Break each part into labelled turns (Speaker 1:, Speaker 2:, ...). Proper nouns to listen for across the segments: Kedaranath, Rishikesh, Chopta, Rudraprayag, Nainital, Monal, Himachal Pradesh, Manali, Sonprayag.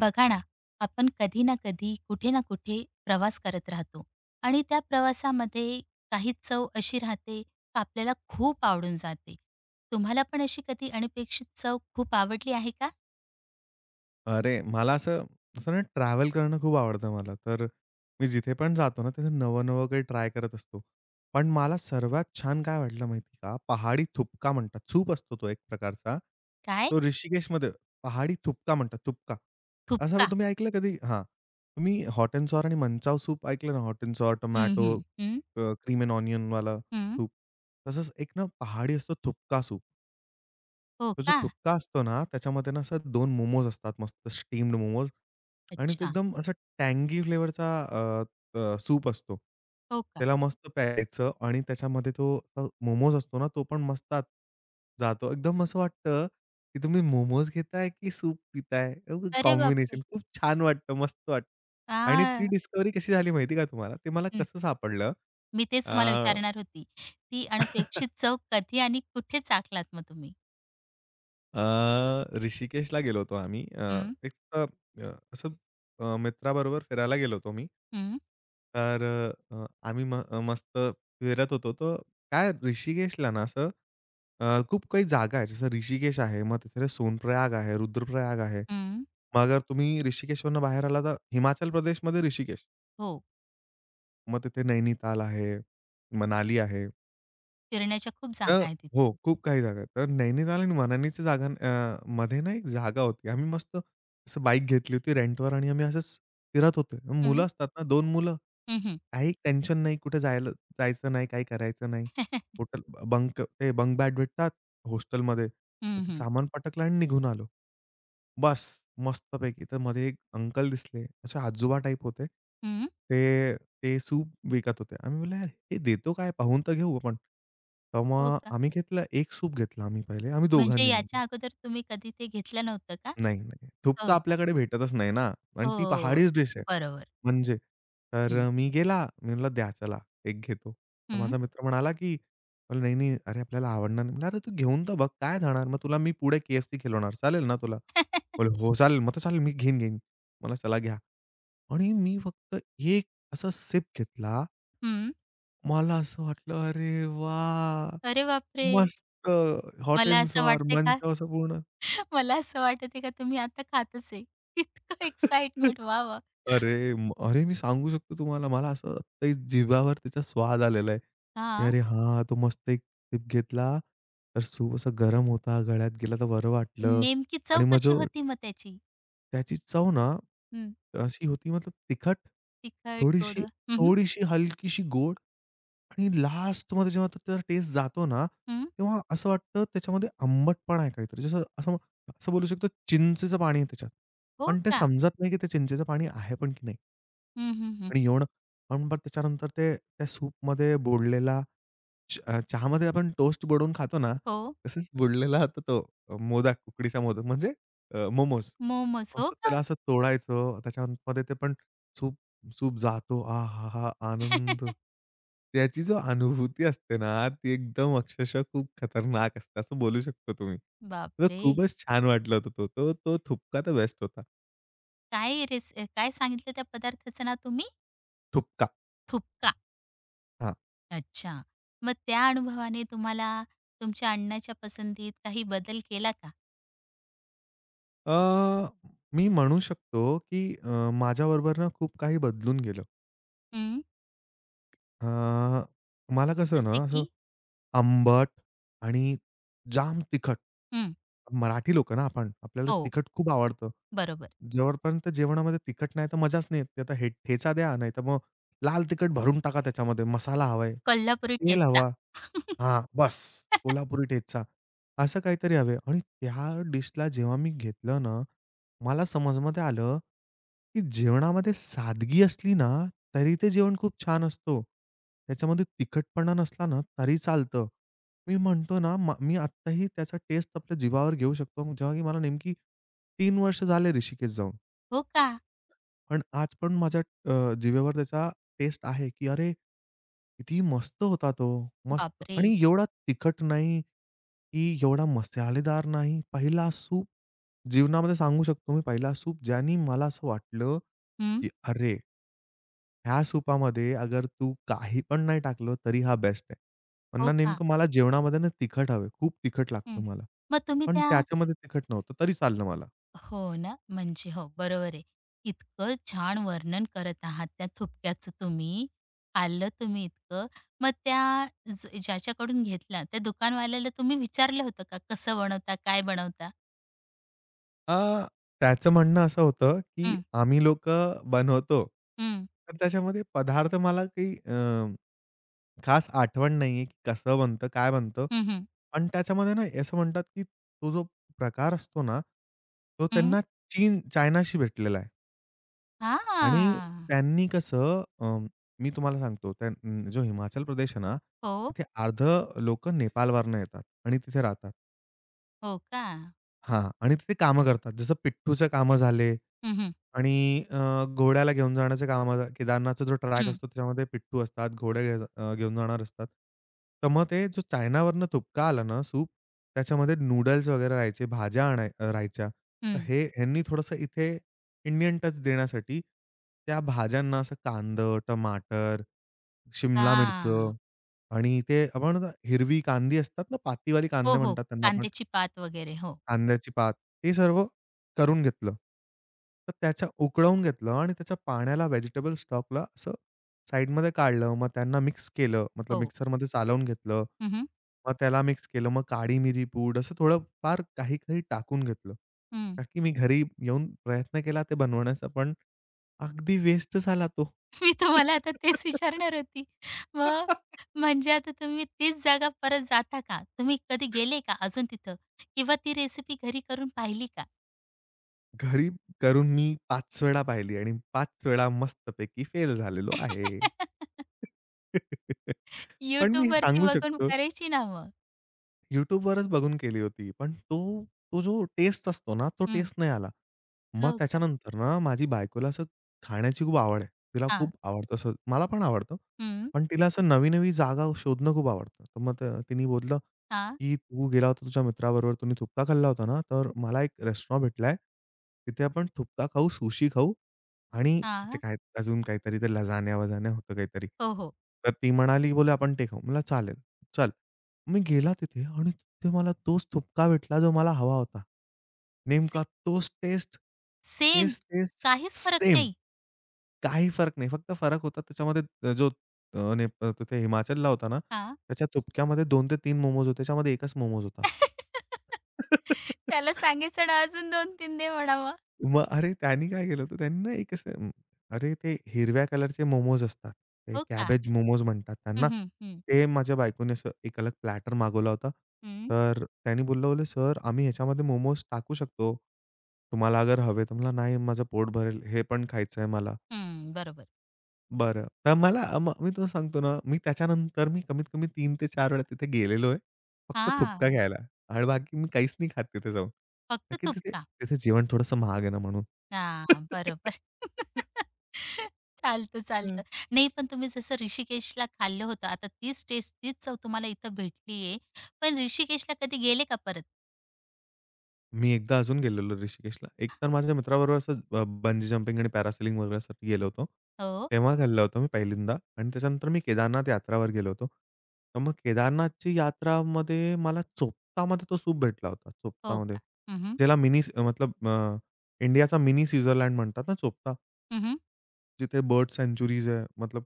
Speaker 1: बघा ना, आपण कधी ना कधी, कुठे ना कुठे प्रवास करत राहतो आणि त्या प्रवासामध्ये काही चव अशी राहते का आपल्याला खूप आवडून जाते. तुम्हाला पण अशी कधी अनपेक्षित चव खूप आवडली आहे का?
Speaker 2: अरे, मला असं असं ना ट्रॅव्हल करणं खूप आवडतं मला. तर मी जिथे पण जातो ना, तिथे नवं-नवं काही ट्राय करत असतो. पण मला सर्वात छान काय वाटलं माहिती का? पहाडी थुपका म्हणतात. सूप असतो तो एक प्रकारचा.
Speaker 1: काय?
Speaker 2: तो ऋषिकेशमध्ये पहाडी थुपका म्हणतात, थुपका. असं
Speaker 1: थुपका?
Speaker 2: तुम्ही ऐकलं कधी? हां. तुम्ही हॉट आणि मंचाव सूप ऐकलं ना? हॉट
Speaker 1: हं,
Speaker 2: टोमॅटो,
Speaker 1: हं. हं,
Speaker 2: क्रीम अँड ऑनियनवाला
Speaker 1: हं.
Speaker 2: सूप. तसंच एक ना पहाडी असतो थुपका सूप.
Speaker 1: हो
Speaker 2: तो जो
Speaker 1: का?
Speaker 2: थुपका असतो ना, त्याच्यामध्ये ना असं 2 मोमोज असतात मस्त स्टीम्ड मोमोज आणि तो
Speaker 1: अच्छा.
Speaker 2: एकदम असा टँगी फ्लेवरचा अ, अ, सूप असतो.
Speaker 1: हो का?
Speaker 2: त्याला मस्त प्यायचं आणि त्याच्यामध्ये तो मोमोज असतो ना, तो पण मस्तात जातो. एकदम असं वाटतं, की तुम्ही मोमोज घेताय की सूप पिताय?
Speaker 1: अरे
Speaker 2: कॉम्बिनेशन
Speaker 1: बापरे!
Speaker 2: खूप छान वाटतं, मस्त वाटतं. आणि
Speaker 1: हां.
Speaker 2: ती डिस्कव्हरी कशी झाली माहिती का तुम्हाला? ते मला
Speaker 1: हं.
Speaker 2: कसं सापडलं?
Speaker 1: मी तेच
Speaker 2: अ
Speaker 1: तुम्हाला विचारणार होती. ती अनपेक्षित चव कधी आणि कुठे चाखलात मग तुम्ही?
Speaker 2: अ, ऋषिकेशला गेलो होतो आम्ही.
Speaker 1: हं,
Speaker 2: एक अ, अ, असं मित्राबरोबर फिरायला गेलो होतो मी.
Speaker 1: हं,
Speaker 2: तर अ, आम्ही मस्त फिरत होतो. तर काय ऋषिकेशला ना असं खूप काही जागा आहे. जसं ऋषिकेश आहे, मग तिथे सोनप्रयाग आहे, रुद्रप्रयाग आहे.
Speaker 1: हं.
Speaker 2: मग अगर तुम्ही ऋषिकेशवरनं बाहेर आला तर हिमाचल प्रदेशमध्ये ऋषिकेश.
Speaker 1: हो.
Speaker 2: मग तिथे नैनिताल आहे, मनाली आहे.
Speaker 1: फिरण्याच्या खूप जागा
Speaker 2: तर
Speaker 1: आहेत तिथे.
Speaker 2: हो, खूप काही जागा आहेत. तर नैनिताल आणि मनालीच्या जागा मध्ये ना एक जागा होती. आम्ही मस्त असं बाईक घेतली होती रेंटवर आणि आम्ही असंच फिरत होतो. मुलं असतात ना, 2 मुलं.
Speaker 1: हं, हं.
Speaker 2: काही टेन्शन नाही, कुठे जायला जायचं नाही, काही करायचं नाही. हॉटेल बंक ते बंक बॅट भेटतात हॉस्टेलमध्ये. तर
Speaker 1: हं, हं.
Speaker 2: ते
Speaker 1: हं.
Speaker 2: सामान पटकलं आणि निघून आलो. बस मस्तपैकी. तर मध्ये एक अंकल दिसले, असे आजोबा टाइप होते. ते ते सूप विकत होते. आम्ही बोललं, "यार हे देतो काय? पाहून तर घेऊ आपण." तर
Speaker 1: हो
Speaker 2: मग
Speaker 1: का?
Speaker 2: आम्ही घेतलं, एक सूप घेतला आम्ही पहिले, आम्ही
Speaker 1: म्हणजे
Speaker 2: दोघांनी मिळून.
Speaker 1: याच्या अगोदर तुम्ही कधी ते घेतलं नव्हतं का?
Speaker 2: नाही, नाही. तूप तर
Speaker 1: हो का?
Speaker 2: आपल्याकडे भेटतच नाही ना आणि ती
Speaker 1: हो.
Speaker 2: पहाडीच डिश आहे.
Speaker 1: बरोबर.
Speaker 2: म्हणजे तर
Speaker 1: हं.
Speaker 2: मी गेला. मी म्हटलं, "द्या चला, एक घेतो." तर
Speaker 1: हं.
Speaker 2: माझा मित्र म्हणाला, की "अरे नाही, नाही. अरे आपल्याला आवडणार नाही." म्हटलं, "अरे तू घेऊन तर बघ, काय जाणार? मग तुला मी पुढे KFC खिलवणार. चालेल ना तुला?"
Speaker 1: हं.
Speaker 2: बोलले, "हो चालेल." म्हटलं, "चालेल मी घेईन, घेईन." मला चला घ्या आणि मी फक्त एक असा सिप घेतला. मला असं वाटलं, "अरे वाह!
Speaker 1: अरे बापरे!
Speaker 2: मस्त हॉट
Speaker 1: मला
Speaker 2: एंड
Speaker 1: असं
Speaker 2: सॉर,
Speaker 1: वाटतंय
Speaker 2: मंच
Speaker 1: का
Speaker 2: असं पूर्ण."
Speaker 1: मला असं वाटतंय का तुम्ही आता खातच आहे. इतकं एक्साइटमेंट. वाह! वाह!
Speaker 2: अरे, मी सांगू शकतो तुम्हाला मला असं आत्ता जिभेवर त्याचा स्वाद आलेला आहे, की
Speaker 1: हां.
Speaker 2: अरे हां, तो मस्त एक सिप घेतला, तर सूप असा गरम होता, गळ्यात गेला तर बरं वाटलं
Speaker 1: नेमकी चव
Speaker 2: आणि मग
Speaker 1: कशी
Speaker 2: जो
Speaker 1: होती मग त्याची?
Speaker 2: त्याची चव ना
Speaker 1: हं.
Speaker 2: अशी होती मतलब तिखट,
Speaker 1: तिखट, गोड?
Speaker 2: थोडीशी
Speaker 1: हं, हं.
Speaker 2: थोडीशी हलकीशी गोड आणि लास्टमध्ये जेव्हा तो त्याचा टेस्ट जातो ना, तेव्हा असं वाटतं त्याच्यामध्ये आंबटपणा आहे काहीतरी. जसं असं असं बोलू शकतो चिंचेचं पाणी आहे त्याच्यात.
Speaker 1: हो
Speaker 2: पण ते
Speaker 1: का?
Speaker 2: समजत नाही की ते चिंचेचं पाणी आहे पण की नाही.
Speaker 1: हं, हं, हं.
Speaker 2: आणि एवढं पण पण त्याच्यानंतर ते त्या सूपमध्ये बुडलेला चहामध्ये आपण टोस्ट बुडवून खातो ना,
Speaker 1: हो.
Speaker 2: तसंच बुडलेला होता तो मोदक, उकडीचा मोदक म्हणजे मोमोस.
Speaker 1: मोमोज. हो
Speaker 2: असं
Speaker 1: का?
Speaker 2: त्याला असं तोडायचं, त्याच्यामध्ये ते पण सूप सूप जातो. आहाहा! आनंद. त्याची जो अनुभूती असते ना, ती एकदम अक्षरशः खूप खतरनाक असते, असं बोलू शकतो तुम्ही. तर
Speaker 1: बापरे!
Speaker 2: खूपच छान वाटलं होतं तो. तो थुपका तर बेस्ट होता.
Speaker 1: काय रेस काय सांगितलं त्या पदार्थाचं नाव तुम्ही?
Speaker 2: थुपका.
Speaker 1: थुपका.
Speaker 2: हां.
Speaker 1: अच्छा. मग त्या अनुभवाने तुम्हाला तुमच्या अण्णाच्या पसंतीत काही बदल केला का?
Speaker 2: अ, मी म्हणू शकतो, की माझ्याबरोबर ना खूप काही बदलून गेलं.
Speaker 1: हं.
Speaker 2: अ, मला कसं
Speaker 1: जसे
Speaker 2: ना, असं
Speaker 1: की?
Speaker 2: आंबट आणि जाम तिखट.
Speaker 1: हं.
Speaker 2: मराठी लोकं ना आपण. आपल्याला
Speaker 1: हो.
Speaker 2: तिखट खूप आवडतं.
Speaker 1: बरोबर.
Speaker 2: जोपर्यंत जेवणामध्ये तिखट नाही तर मजाच नाही येत. ते आता हे ठेचा द्या, नाहीतर मग लाल तिखट भरून टाका त्याच्यामध्ये. मसाला हवाय,
Speaker 1: कोल्हापुरी
Speaker 2: तेल
Speaker 1: ठेचा.
Speaker 2: हवा. हां, बस कोल्हापुरी ठेचा. असं काहीतरी हवे आणि त्या डिशला जेव्हा मी घेतलं ना, मला समजमध्ये आलं, की जेवणामध्ये सादगी असली ना, तरी ते जेवण खूप छान असतो. त्याच्यामध्ये तिखटपणा नसला ना, तरी चालतं. मी म्हणतो ना, मी आत्ताही त्याचा टेस्ट आपल्या जीवावर घेऊ शकतो. जेव्हा की मला नेमकी 3 वर्ष झाले ऋषिकेश जाऊन.
Speaker 1: हो का?
Speaker 2: पण आज पण माझ्या जिभेवर त्याचा टेस्ट आहे, की अरे, किती मस्त होता तो. मस्त
Speaker 1: बापरे!
Speaker 2: आणि एवढा तिखट नाही, की एवढा मसालेदार नाही. पहिला सूप जीवनामध्ये सांगू शकतो मी पहिला सूप ज्यानी मला असं वाटलं,
Speaker 1: हं.
Speaker 2: की अरे, ह्या सूपामध्ये अगर तू काही पण नाही टाकलं, तरी हा बेस्ट आहे. पण
Speaker 1: हो
Speaker 2: ना
Speaker 1: का?
Speaker 2: नेमकं मला जेवणामध्ये ना तिखट हवे. खूप तिखट
Speaker 1: हं.
Speaker 2: लागतं मला.
Speaker 1: मग तुम्ही
Speaker 2: पण
Speaker 1: त्या
Speaker 2: त्याच्यामध्ये तिखट नव्हतं, तरी चाललं मला.
Speaker 1: हो ना. म्हणजे हो, बरोबर आहे. इतकं छान वर्णन करत आहात त्या थुपक्याचं तुम्ही. खाल्लं तुम्ही इतकं. मग त्या ज्याच्याकडून घेतला त्या दुकानवाल्याला तुम्ही विचारलं होतं का, कसं बनवता, काय बनवता?
Speaker 2: अ, त्याचं म्हणणं असं होतं, की आम्ही लोकं बनवतो.
Speaker 1: हं.
Speaker 2: तर त्याच्यामध्ये पदार्थ मला काही खास आठवण नाहीये, की कसं बनतं, काय बनतं?
Speaker 1: हं, हं.
Speaker 2: पण त्याच्यामध्ये ना असं म्हणतात, की तो जो प्रकार असतो ना, तो
Speaker 1: हं.
Speaker 2: त्यांना चायनाशी भेटलेला आहे. आणि
Speaker 1: हां.
Speaker 2: त्यांनी कसं मी तुम्हाला सांगतो, त्या जो हिमाचल प्रदेश आहे ना,
Speaker 1: हो.
Speaker 2: तिथे अर्धं लोकं नेपाळवरनं येतात आणि तिथे राहतात.
Speaker 1: हो का?
Speaker 2: हां, आणि तिथे कामं करतात. जसं पिट्ठूचं कामं झाले.
Speaker 1: हं, हं.
Speaker 2: आणि घोड्याला घेऊन जाण्याचं काम आता केदारनाथचा जो ट्रॅक
Speaker 1: हं.
Speaker 2: असतो त्याच्यामध्ये पिट्टू असतात, घेऊन जाणार असतात. तर मग ते जो चायनावरनं तुपका आला ना सूप, त्याच्यामध्ये नूडल्स वगैरे राहायचे, राहायच्या. तर
Speaker 1: हं.
Speaker 2: हे ह्यांनी थोडंसं इथे इंडियन टच देण्यासाठी त्या भाज्यांना असं कांदं, टमाटर, शिमला मिरचं
Speaker 1: हां.
Speaker 2: आणि ते आपण हिरवी कांदी असतात ना, पातीवाली
Speaker 1: हो,
Speaker 2: कांदे
Speaker 1: हो.
Speaker 2: म्हणतात त्यांना आपण.
Speaker 1: कांद्याची पात वगैरे. हो.
Speaker 2: कांद्याची पात, हे सर्व करून घेतलं. तर त्याच्या उकळवून घेतलं आणि त्याच्या पाण्याला व्हेजिटेबल स्टॉकला असं साइडमध्ये काढलं. मग त्यांना मिक्स केलं. मतलब
Speaker 1: हो.
Speaker 2: मिक्सरमध्ये चालवून घेतलं.
Speaker 1: हं, हं.
Speaker 2: मग त्याला मिक्स केलं. मग काळी मिरी, पूड असं थोडं फार काही-काही टाकून घेतलं.
Speaker 1: हं.
Speaker 2: का की मी घरी येऊन प्रयत्न केला ते बनवण्याचा, पण अगदी वेस्ट झाला तो.
Speaker 1: मी तुम्हाला आता तेच विचारणार होती. मग म्हणजे आता तुम्ही तीच जागा परत जाता का? तुम्ही कधी गेले का अजून तिथं? किंवा ती रेसिपी घरी करून पाहिली का?
Speaker 2: घरी करून मी 5 वेळा पाहिली आणि 5 वेळा मस्तपैकी फेल झालेलो आहे. पण मी हे
Speaker 1: YouTubeवरती
Speaker 2: सांगू
Speaker 1: बघून
Speaker 2: शकतो
Speaker 1: करायची ना मग.
Speaker 2: YouTubeवरच बघून केली होती. तो जो टेस्ट असतो ना, तो
Speaker 1: हं.
Speaker 2: टेस्ट नाही आला. मग
Speaker 1: हो का?
Speaker 2: त्याच्यानंतर ना, माझी बायकोला असं खाण्याची खूप आवड आहे. तिला
Speaker 1: हां.
Speaker 2: खूप आवडतं असं. मला पण आवडतं.
Speaker 1: हं.
Speaker 2: पण तिला असं नवी-नवी जागा शोधणं खूप आवडतं. तर मग तिने बोललं,
Speaker 1: हां.
Speaker 2: की "तू गेला होता तुझ्या मित्राबरोबर, तुम्ही थुपका खाल्ला होता ना, तर मला एक रेस्टॉरंट भेटलाय. तिथे आपण थुपका खाऊ, सुशी खाऊ आणि तिचे
Speaker 1: हां.
Speaker 2: काय अजून काहीतरी ते लजाण्या-वजाण्या होतं काहीतरी."
Speaker 1: हो, हो.
Speaker 2: तर ती म्हणाली, "बोले आपण ते खाऊ." म्हणलं, "चालेल, चल." मी गेला तिथे आणि तिथे मला तोच थुपका भेटला जो मला हवा होता. नेमका तोच टेस्ट,
Speaker 1: सेम.
Speaker 2: तेच टेस्ट
Speaker 1: काहीच फरक
Speaker 2: सेम.
Speaker 1: नाही.
Speaker 2: काही फरक नाही. फक्त फरक होता त्याच्यामध्ये जो अ, ने तिथे हिमाचलला होता ना,
Speaker 1: हां.
Speaker 2: त्याच्या थुपक्यामध्ये 2 ते 3 मोमोज होते. त्याच्यामध्ये एकच मोमोज होता.
Speaker 1: त्याला सांगायचं ना अजून 2-3 दे म्हणावं.
Speaker 2: मग अरे, त्यांनी काय केलं होतं, त्यांनी ना एक असं अरे, ते हिरव्या कलरचे मोमोज असतात. ते
Speaker 1: हो का?
Speaker 2: कॅबेज मोमोज म्हणतात
Speaker 1: हं,
Speaker 2: त्यांना.
Speaker 1: हं, हं,
Speaker 2: ते माझ्या बायकोने असं एक अलग प्लॅटर मागवला होता.
Speaker 1: हं,
Speaker 2: तर त्यांनी बोललं, "बोलले सर, आम्ही ह्याच्यामध्ये मोमोज टाकू शकतो. तुम्हाला अगर हवे." तर म्हणला, "नाही, माझं पोट भरेल. हे पण खायचं आहे मला."
Speaker 1: हं. बरोबर.
Speaker 2: बरं. तर मला मग मी तुला सांगतो ना, मी कमीत कमी 3 ते 4 वेळा तिथे गेलेलो आहे. फक्त थुपका
Speaker 1: हां,
Speaker 2: घ्यायला आणि बाकी मी काहीच नाही खात तिथे जाऊन. का
Speaker 1: फक्त
Speaker 2: की तिथे
Speaker 1: तुपका?
Speaker 2: तिथे जेवण थोडंसं महाग आहे ना म्हणून.
Speaker 1: का? हां, बरोबर. चालतं,
Speaker 2: हं.
Speaker 1: चालतं. नाही पण तुम्ही जसं ऋषिकेशला खाल्लं होतं, आता तीच टेस्ट, तीच चव तुम्हाला इथं भेटली पण ऋषिकेशला कधी गेले का परत?
Speaker 2: मी एकदा अजून गेलेलो ऋषिकेशला. एक तर माझ्या मित्राबरोबर असंच बंजी जंपिंग आणि पॅरासेलिंग वगैरेसाठी गेलो होतो.
Speaker 1: हो,
Speaker 2: तेव्हा खाल्लं होतं मी पहिल्यांदा आणि त्याच्यानंतर मी केदारनाथ यात्रावर गेलो होतो. तर मग केदारनाथची यात्रामध्ये मला चोपतामध्ये तो सूप भेटला होता,
Speaker 1: हो
Speaker 2: चोपतामध्ये.
Speaker 1: का? हं, हं,
Speaker 2: ज्याला इंडियाचा मिनी स्वित्झर्लंड म्हणतात ना चोपता. जिथे बर्ड सँच्युरीज आहे. मतलब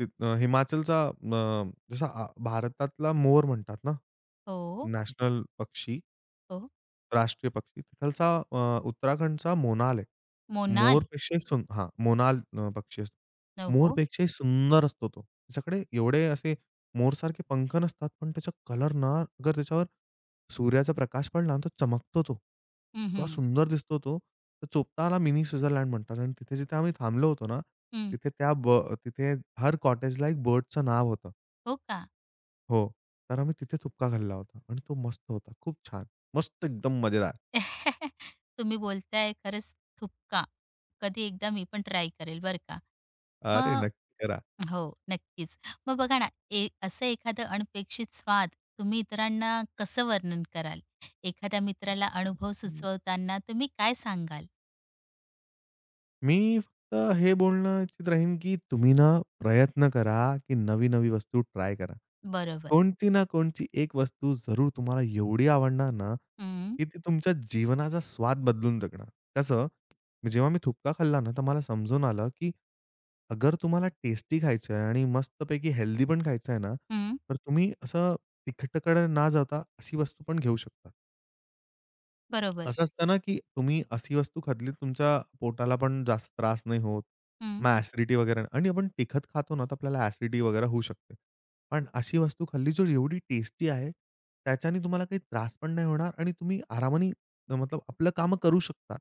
Speaker 2: हिमाचलचा अ, जसा आ भारतातला मोर म्हणतात ना,
Speaker 1: हो,
Speaker 2: नॅशनल पक्षी.
Speaker 1: हो.
Speaker 2: राष्ट्रीय पक्षी. तिथलचा उत्तराखंडचा मोनाल आहे.
Speaker 1: मोनाली.
Speaker 2: मोरपेक्षाही सुं हां, मोनाल पक्षी असतो.
Speaker 1: हो,
Speaker 2: मोरपेक्षाही सुंदर असतो तो. त्याच्याकडे एवढे असे मोरसारखे पंख नसतात, पण त्याचा कलर ना अगर त्याच्यावर सूर्याचा प्रकाश पडला ना, तर चमकतो तो.
Speaker 1: हं,
Speaker 2: इतका
Speaker 1: हं,
Speaker 2: सुंदर दिसतो तो. तर चोपताला मिनी स्वित्झर्लंड म्हणतात आणि तिथे-जिथे आम्ही थांबलो होतो ना,
Speaker 1: हं.
Speaker 2: तिथे त्या ब तिथे हर कॉटेजला एक बर्डचं नाव होतं.
Speaker 1: हो का?
Speaker 2: हो. तर आम्ही तिथे थुपका खाल्ला होता आणि तो मस्त होता. खूप छान. मस्त एकदम मजेदार.
Speaker 1: तुम्ही बोलताय खरंच थुपका. कधी एकदा मी पण ट्राय करेल बरं का.
Speaker 2: अरे,
Speaker 1: मग
Speaker 2: नक्की करा.
Speaker 1: हो, नक्कीच. मग बघा ना, ए असं एखादं अनपेक्षित स्वाद तुम्ही इतरांना कसं वर्णन कराल? एखाद्या मित्राला अनुभव सुचवताना तुम्ही काय सांगाल?
Speaker 2: मी फक्त हे बोलणं इच्छित राहीन, की तुम्ही ना प्रयत्न करा, की नवी-नवी वस्तू ट्राय करा.
Speaker 1: बरोबर.
Speaker 2: कोणती ना कोणती एक वस्तू जरूर तुम्हाला एवढी आवडणार ना,
Speaker 1: हं,
Speaker 2: की ती तुमच्या जीवनाचा स्वाद बदलून टाकणार. कसं, जेव्हा मी थुपका खाल्ला ना, तर मला समजून आलं, की अगर तुम्हाला टेस्टी खायचं आहे आणि मस्तपैकी हेल्दी पण खायचं आहे ना,
Speaker 1: हं.
Speaker 2: तर तुम्ही असं तिखटकडे ना जाता अशी वस्तू पण घेऊ शकता.
Speaker 1: बरोबर.
Speaker 2: असं असतं ना, की तुम्ही अशी वस्तू खाल्ली तुमच्या पोटाला पण जास्त त्रास नाही होत.
Speaker 1: हं,
Speaker 2: मग ॲसिडिटी वगैरे आणि आपण तिखट खातो ना, तर आपल्याला ॲसिडिटी वगैरे होऊ शकते. पण अशी वस्तू खाल्ली जो एवढी टेस्टी आहे, त्याच्याने तुम्हाला काही त्रास पण नाही होणार आणि तुम्ही आरामाने मतलब आपलं कामं करू शकता.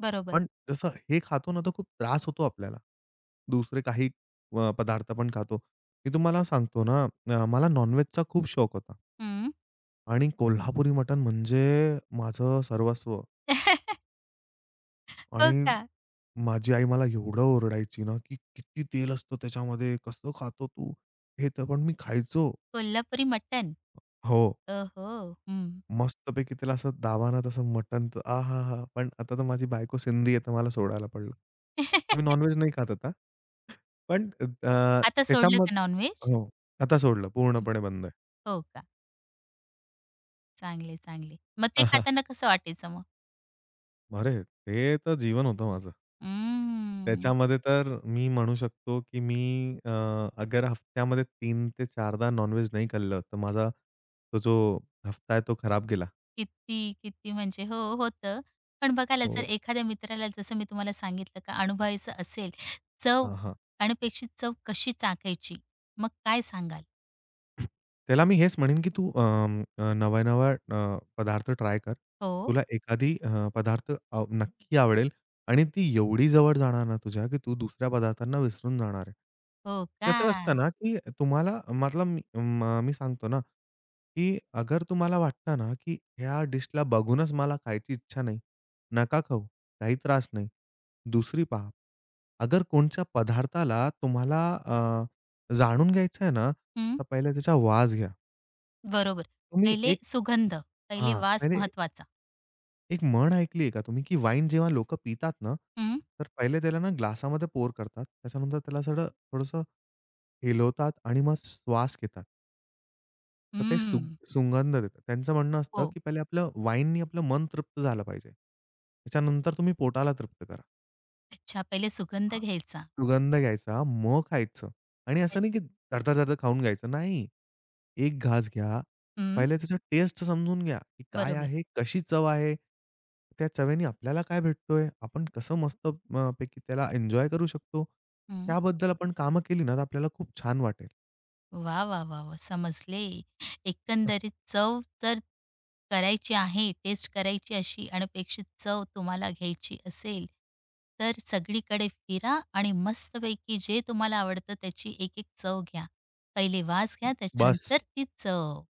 Speaker 1: बरोबर.
Speaker 2: पण जसं हे खातो ना, तर खूप त्रास होतो आपल्याला. दुसरे काही पदार्थ पण खातो. मी तुम्हाला सांगतो ना, मला नॉन खूप शौक होता
Speaker 1: हं.
Speaker 2: आणि कोल्हापुरी मटण म्हणजे माझं सर्वस्व.
Speaker 1: हो
Speaker 2: आणि
Speaker 1: का?
Speaker 2: माझी आई मला एवढं ओरडायची ना, की "किती तेल असतं त्याच्यामध्ये, कसं खातो तू?" हे तर पण मी खायचो.
Speaker 1: कोल्हापुरी मटण.
Speaker 2: हो.
Speaker 1: ओहो! हं.
Speaker 2: मस्तपैकी त्याला असं दाबाना तसं मटण तर आहाहा! पण आता तर माझी बायको सिंधी आहे, तर मला सोडायला पडलं. मी नॉनव्हेज नाही खात आता. पण अ,
Speaker 1: आता सोडलं का नॉनव्हेज?
Speaker 2: त्याच्यामध्ये हो. आता सोडलं, पूर्णपणे बंद
Speaker 1: हो का? चांगले, चांगले. मग ते
Speaker 2: आहे.
Speaker 1: खाताना कसं वाटायचं मग?
Speaker 2: अरे! ते तर जीवन होतं माझं.
Speaker 1: अं,
Speaker 2: त्याच्यामध्ये तर मी म्हणू शकतो, की अगर हफ्त्यामध्ये 3 ते 4 दा नॉन-व्हेज नाही खाल्लं, तर माझा तो जो हफ्ता आहे तो खराब गेला.
Speaker 1: किती, किती म्हणजे हो, होतं. पण बघा ना,
Speaker 2: हो.
Speaker 1: जर एखाद्या मित्राला जसं मी तुम्हाला सांगितलं का अनुभवायचं असेल, चव
Speaker 2: हां, हां.
Speaker 1: अनपेक्षित चव कशी चाखायची, मग काय सांगाल?
Speaker 2: त्याला मी हेच म्हणेन, की नवा-नवा पदार्थ ट्राय कर.
Speaker 1: हो,
Speaker 2: तुला एखादी पदार्थ नक्की आवडेल आणि ती एवढी जवळ जाणार ना तुझ्या, की तू दुसऱ्या पदार्थांना विसरून जाणार आहे.
Speaker 1: हो का?
Speaker 2: कसं असतं ना, की तुम्हाला मतलब मी सांगतो ना, की अगर तुम्हाला वाटतं ना, की ह्या डिशला बघूनच मला खायची इच्छा नाही, नका खाऊ, काही त्रास नाही. दुसरी पहा. अगर कोणत्या पदार्थाला तुम्हाला जाणून घ्यायचं आहे ना,
Speaker 1: हं,
Speaker 2: तर पहिले त्याचा वास घ्या.
Speaker 1: बरोबर.
Speaker 2: तुम्ही
Speaker 1: पहिले
Speaker 2: एक
Speaker 1: सुगंध, पहिले
Speaker 2: हां,
Speaker 1: वास
Speaker 2: पहिले
Speaker 1: महत्वाचा.
Speaker 2: एक म्हण ऐकली आहे का तुम्ही, की वाईन जेव्हा लोकं पितात ना,
Speaker 1: हं,
Speaker 2: तर पहिले त्याला ना ग्लासामध्ये पोर करतात. त्याच्यानंतर त्याला सगळं थोडंसं हेलवतात आणि मग श्वास घेतात. तर ते सु
Speaker 1: हं.
Speaker 2: सुगंध देतात. त्यांचं म्हणणं असतं,
Speaker 1: हो.
Speaker 2: की पहिले आपलं वाईननी आपलं मन तृप्त झालं पाहिजे. त्याच्यानंतर तुम्ही पोटाला तृप्त करा.
Speaker 1: अच्छा, पहिले सुगंध
Speaker 2: हां.
Speaker 1: घ्यायचा.
Speaker 2: सुगंध घ्यायचा, मग खायचं आणि असं नाही की धड धड धड खाऊन घ्यायचं. नाही. एक घास घ्या.
Speaker 1: हं,
Speaker 2: पहिले त्याचा टेस्ट समजून घ्या, की काय
Speaker 1: बरोबर.
Speaker 2: आहे? कशी चव आहे? त्या चवेने आपल्याला काय भेटतोय? आपण कसं मस्त पैकी त्याला एन्जॉय करू शकतो? त्याबद्दल आपण कामं केली ना, तर आपल्याला खूप छान वाटेल.
Speaker 1: वाह, वाह, वाह, वाह! समजले. एकंदरीत चव जर करायची आहे, टेस्ट करायची अशी अनपेक्षित चव तुम्हाला घ्यायची असेल, तर सगळीकडे फिरा आणि मस्तपैकी जे तुम्हाला आवडतं त्याची एक-एक चव घ्या. पहिले वास घ्या,
Speaker 2: बस
Speaker 1: त्याच्यानंतर ती चव.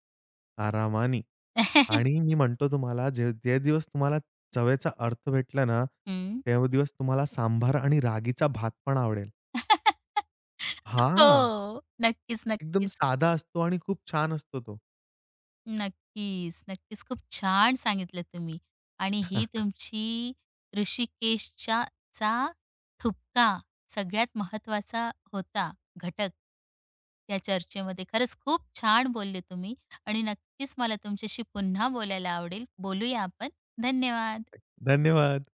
Speaker 2: आरामानी आणि मी म्हणतो तुम्हाला जे जे दिवस तुम्हाला चवेचा अर्थ भेटला ना,
Speaker 1: हं.
Speaker 2: ते दिवस तुम्हाला सांभार आणि रागीचा भात पण आवडेल.
Speaker 1: हो.
Speaker 2: हां.
Speaker 1: नक्कीच,
Speaker 2: एकदम
Speaker 1: नक्कीच.
Speaker 2: साधा असतो आणि खूप छान असतो तो.
Speaker 1: नक्कीच, नक्कीच. खूप छान सांगितलं तुम्ही आणि ही तुमची ऋषिकेशच्या चा ठुपका सगळ्यात महत्त्वाचा होता घटक त्या चर्चेमध्ये. खरंच खूप छान बोलले तुम्ही आणि नक्कीच मला तुमच्याशी पुन्हा बोलायला आवडेल. बोलूया आपण. धन्यवाद.
Speaker 2: धन्यवाद.